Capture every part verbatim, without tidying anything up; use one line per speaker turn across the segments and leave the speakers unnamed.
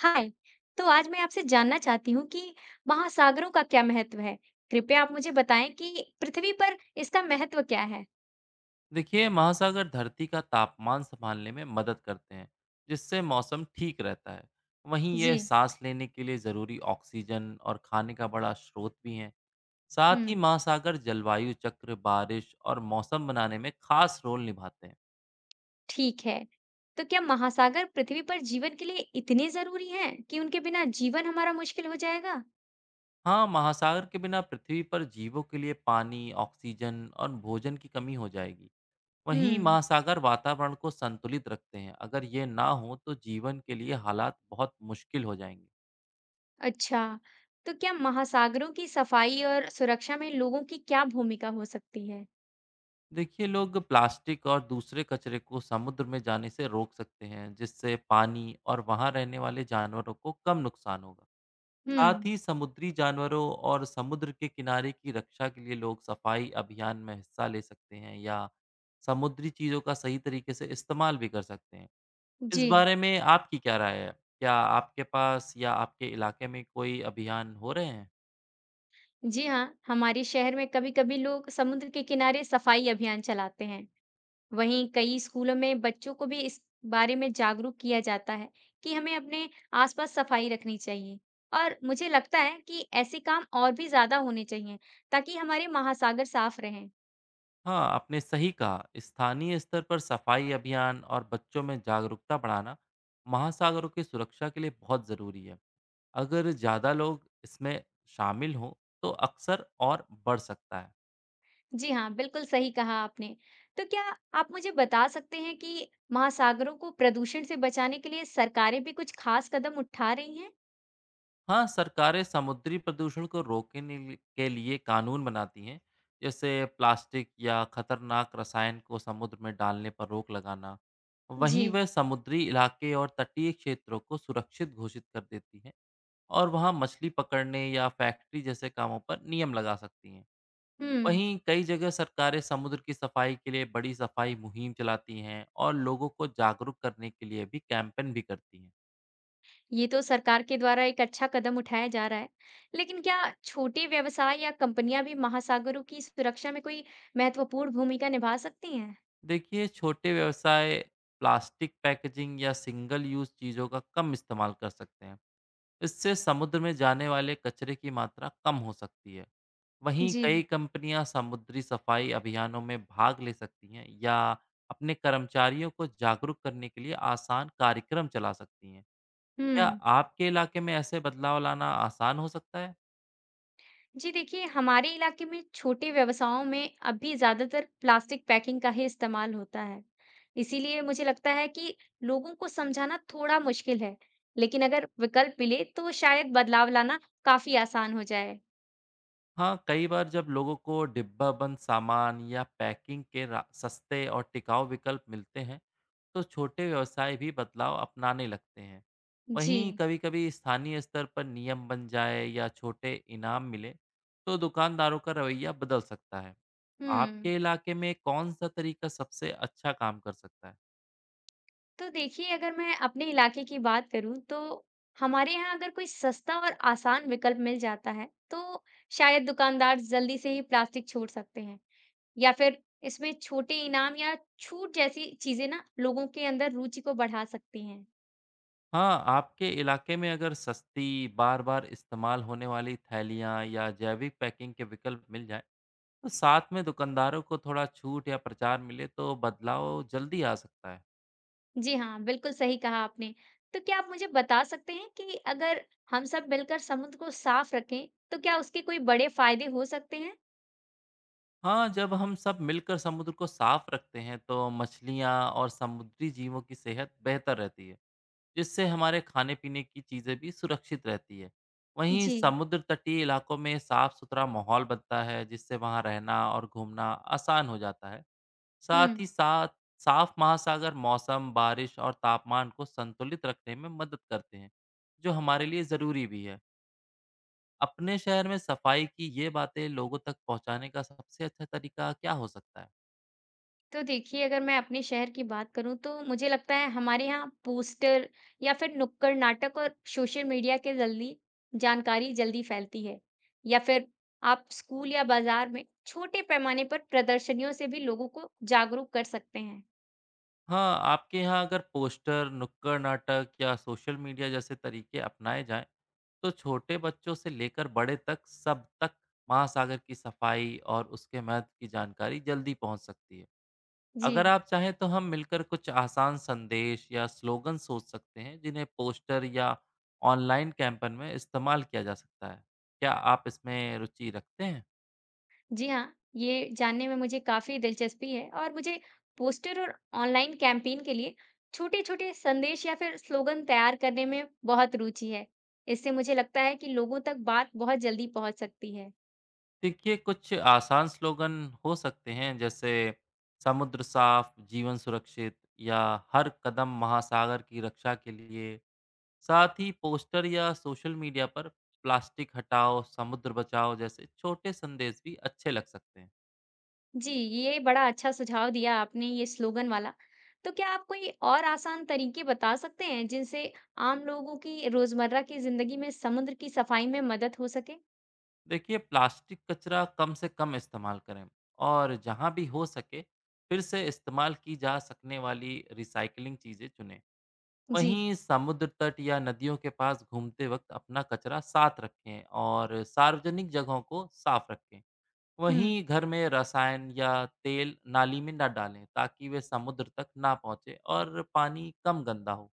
हाय। तो आज मैं आपसे जानना चाहती हूँ कि महासागरों का क्या महत्व है। कृपया आप मुझे बताएं कि पृथ्वी पर इसका महत्व क्या है।
देखिए, महासागर धरती का तापमान संभालने में मदद करते हैं, जिससे मौसम ठीक रहता है। वहीं
जी।
ये सांस लेने के लिए ज़रूरी ऑक्सीजन और खाने का बड़ा स्रोत भी हैं। साथ ही
हम्म।
महासागर जलवायु चक्र, बारिश और मौसम बनाने में खास रोल निभाते हैं।
ठीक है। तो क्या महासागर पृथ्वी पर जीवन के लिए इतने जरूरी हैं कि उनके बिना जीवन हमारा मुश्किल हो जाएगा।
हाँ, महासागर के बिना पृथ्वी पर जीवों के लिए पानी, ऑक्सीजन और भोजन की कमी हो जाएगी। वहीं
हम्म।
महासागर वातावरण को संतुलित रखते हैं, अगर ये ना हो तो जीवन के लिए हालात बहुत मुश्किल हो जाएंगे।
अच्छा। तो क्या महासागरों की सफाई और सुरक्षा में लोगों की क्या भूमिका हो सकती है।
देखिए, लोग प्लास्टिक और दूसरे कचरे को समुद्र में जाने से रोक सकते हैं, जिससे पानी और वहां रहने वाले जानवरों को कम नुकसान होगा। साथ
हम्म।
ही समुद्री जानवरों और समुद्र के किनारे की रक्षा के लिए लोग सफाई अभियान में हिस्सा ले सकते हैं या समुद्री चीजों का सही तरीके से इस्तेमाल भी कर सकते हैं। इस
जी।
बारे में आपकी क्या राय है? क्या आपके पास या आपके इलाके में कोई अभियान हो रहे हैं?
जी हाँ, हमारे शहर में कभी कभी लोग समुद्र के किनारे सफाई अभियान चलाते हैं। वहीं कई स्कूलों में बच्चों को भी इस बारे में जागरूक किया जाता है कि हमें अपने आसपास सफाई रखनी चाहिए। और मुझे लगता है कि ऐसे काम और भी ज्यादा होने चाहिए ताकि हमारे महासागर साफ रहें।
हाँ, आपने सही कहा। स्थानीय स्तर पर सफाई अभियान और बच्चों में जागरूकता बढ़ाना महासागरों की सुरक्षा के लिए बहुत ज़रूरी है। अगर ज़्यादा लोग इसमें शामिल हों तो अक्सर और बढ़ सकता है।
जी हाँ, बिल्कुल सही कहा आपने। तो क्या आप मुझे बता सकते हैं कि महासागरों को प्रदूषण से बचाने के लिए सरकारें भी कुछ खास कदम उठा रही हैं।
हाँ, सरकारें समुद्री प्रदूषण को रोकने लि- के लिए कानून बनाती हैं, जैसे प्लास्टिक या खतरनाक रसायन को समुद्र में डालने पर रोक लगाना। वहीं
जी।
वह समुद्री इलाके और तटीय क्षेत्रों को सुरक्षित घोषित कर देती हैं और वहाँ मछली पकड़ने या फैक्ट्री जैसे कामों पर नियम लगा सकती हैं।
हम्म।
वहीं कई जगह सरकारें समुद्र की सफाई के लिए बड़ी सफाई मुहिम चलाती हैं और लोगों को जागरूक करने के लिए भी कैंपेन भी करती हैं।
ये तो सरकार के द्वारा एक अच्छा कदम उठाया जा रहा है, लेकिन क्या छोटे व्यवसाय या कंपनियां भी महासागरों की सुरक्षा में कोई महत्वपूर्ण भूमिका निभा सकती हैं?
देखिए, छोटे व्यवसाय प्लास्टिक पैकेजिंग या सिंगल यूज़ चीज़ों का कम इस्तेमाल कर सकते हैं। इससे समुद्र में जाने वाले कचरे की मात्रा कम हो सकती है। वहीं
जी।
कई कंपनियां समुद्री सफाई अभियानों में भाग ले सकती हैं या अपने कर्मचारियों को जागरूक करने के लिए आसान कार्यक्रम चला सकती हैं। क्या
हम्म।
आपके इलाके में ऐसे बदलाव लाना आसान हो सकता है?
जी, देखिए हमारे इलाके में छोटे व्यवसायों में अब भी ज्यादातर प्लास्टिक पैकिंग का ही इस्तेमाल होता है। इसीलिए मुझे लगता है कि लोगों को समझाना थोड़ा मुश्किल है, लेकिन अगर विकल्प मिले तो शायद बदलाव लाना काफी आसान हो जाए।
हाँ, कई बार जब लोगों को डिब्बाबंद सामान या पैकिंग के रा- सस्ते और टिकाऊ विकल्प मिलते हैं, तो छोटे व्यवसाय भी बदलाव अपनाने लगते हैं। वहीं
जी।
कभी-कभी स्थानीय स्तर पर नियम बन जाए या छोटे इनाम मिले, तो दुकानदारों का रवैया बदल सकता है।
हम्म।
आपके इलाके में कौन-सा तरीका सबसे अच्छा काम कर सकता है?
तो देखिए, अगर मैं अपने इलाके की बात करूँ तो हमारे यहाँ अगर कोई सस्ता और आसान विकल्प मिल जाता है, तो शायद दुकानदार जल्दी से ही प्लास्टिक छोड़ सकते हैं। या फिर इसमें छोटे इनाम या छूट जैसी चीज़ें ना लोगों के अंदर रुचि को बढ़ा सकती हैं।
हाँ, आपके इलाके में अगर सस्ती, बार-बार इस्तेमाल होने वाली थैलियाँ या जैविक पैकिंग के विकल्प मिल जाएँ, तो साथ में दुकानदारों को थोड़ा छूट या प्रचार मिले तो बदलाव जल्दी आ सकता है।
जी हाँ, बिल्कुल सही कहा आपने। तो क्या आप मुझे बता सकते हैं कि अगर हम सब मिलकर समुद्र को साफ रखें, तो क्या उसके कोई बड़े फायदे हो सकते हैं?
हाँ, जब हम सब मिलकर समुद्र को साफ रखते हैं तो मछलियाँ और समुद्री जीवों की सेहत बेहतर रहती है, जिससे हमारे खाने-पीने की चीज़ें भी सुरक्षित रहती है। वहीं
जी।
समुद्र तटीय इलाकों में साफ-सुथरा माहौल बनता है, जिससे वहाँ रहना और घूमना आसान हो जाता है।
हुँ।
साथ ही साथ साफ महासागर मौसम, बारिश और तापमान को संतुलित रखने में मदद करते हैं, जो हमारे लिए ज़रूरी भी है। अपने शहर में सफाई की ये बातें लोगों तक पहुँचाने का सबसे अच्छा तरीका क्या हो सकता है?
तो देखिए, अगर मैं अपने शहर की बात करूँ तो मुझे लगता है हमारे यहाँ पोस्टर या फिर नुक्कड़ नाटक और सोशल मीडिया के जल्दी जानकारी जल्दी फैलती है। या फिर आप स्कूल या बाजार में छोटे पैमाने पर प्रदर्शनियों से भी लोगों को जागरूक कर सकते हैं।
हाँ, आपके यहाँ अगर पोस्टर, नुक्कड़ नाटक या सोशल मीडिया जैसे तरीके अपनाए जाएं, तो छोटे बच्चों से लेकर बड़े तक सब तक महासागर की सफाई और उसके महत्व की जानकारी जल्दी पहुंच सकती है।
जी।
अगर आप चाहें तो हम मिलकर कुछ आसान संदेश या स्लोगन सोच सकते हैं, जिन्हें पोस्टर या ऑनलाइन कैंपेन में इस्तेमाल किया जा सकता है। क्या आप इसमें रुचि रखते हैं?
जी हाँ, ये जानने में मुझे काफ़ी दिलचस्पी है और मुझे पोस्टर और ऑनलाइन कैंपेन के लिए छोटे-छोटे संदेश या फिर स्लोगन तैयार करने में बहुत रुचि है। इससे मुझे लगता है कि लोगों तक बात बहुत जल्दी पहुंच सकती है।
देखिए, कुछ आसान स्लोगन हो सकते हैं जैसे समुद्र साफ, जीवन सुरक्षित या हर कदम महासागर की रक्षा के लिए। साथ ही पोस्टर या सोशल मीडिया पर प्लास्टिक हटाओ, समुद्र बचाओ जैसे छोटे संदेश भी अच्छे लग सकते हैं।
जी, ये बड़ा अच्छा सुझाव दिया आपने ये स्लोगन वाला। तो क्या आप कोई और आसान तरीके बता सकते हैं जिनसे आम लोगों की रोजमर्रा की जिंदगी में समुद्र की सफाई में मदद हो सके?
देखिए, प्लास्टिक कचरा कम से कम इस्तेमाल करें और जहाँ भी हो सके फिर से इस्तेमाल की जा सकने वाली रिसाइकलिंग चीज़ें चुनें।
जी।
वहीं समुद्र तट या नदियों के पास घूमते वक्त अपना कचरा साथ रखें और सार्वजनिक जगहों को साफ रखें।
हुँ।
वहीं घर में रसायन या तेल नाली में ना डालें ताकि वे समुद्र तक ना पहुंचे और पानी कम गंदा हो।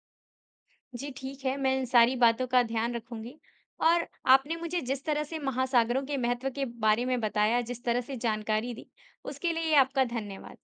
जी ठीक है, मैं इन सारी बातों का ध्यान रखूँगी। और आपने मुझे जिस तरह से महासागरों के महत्व के बारे में बताया, जिस तरह से जानकारी दी, उसके लिए आपका धन्यवाद।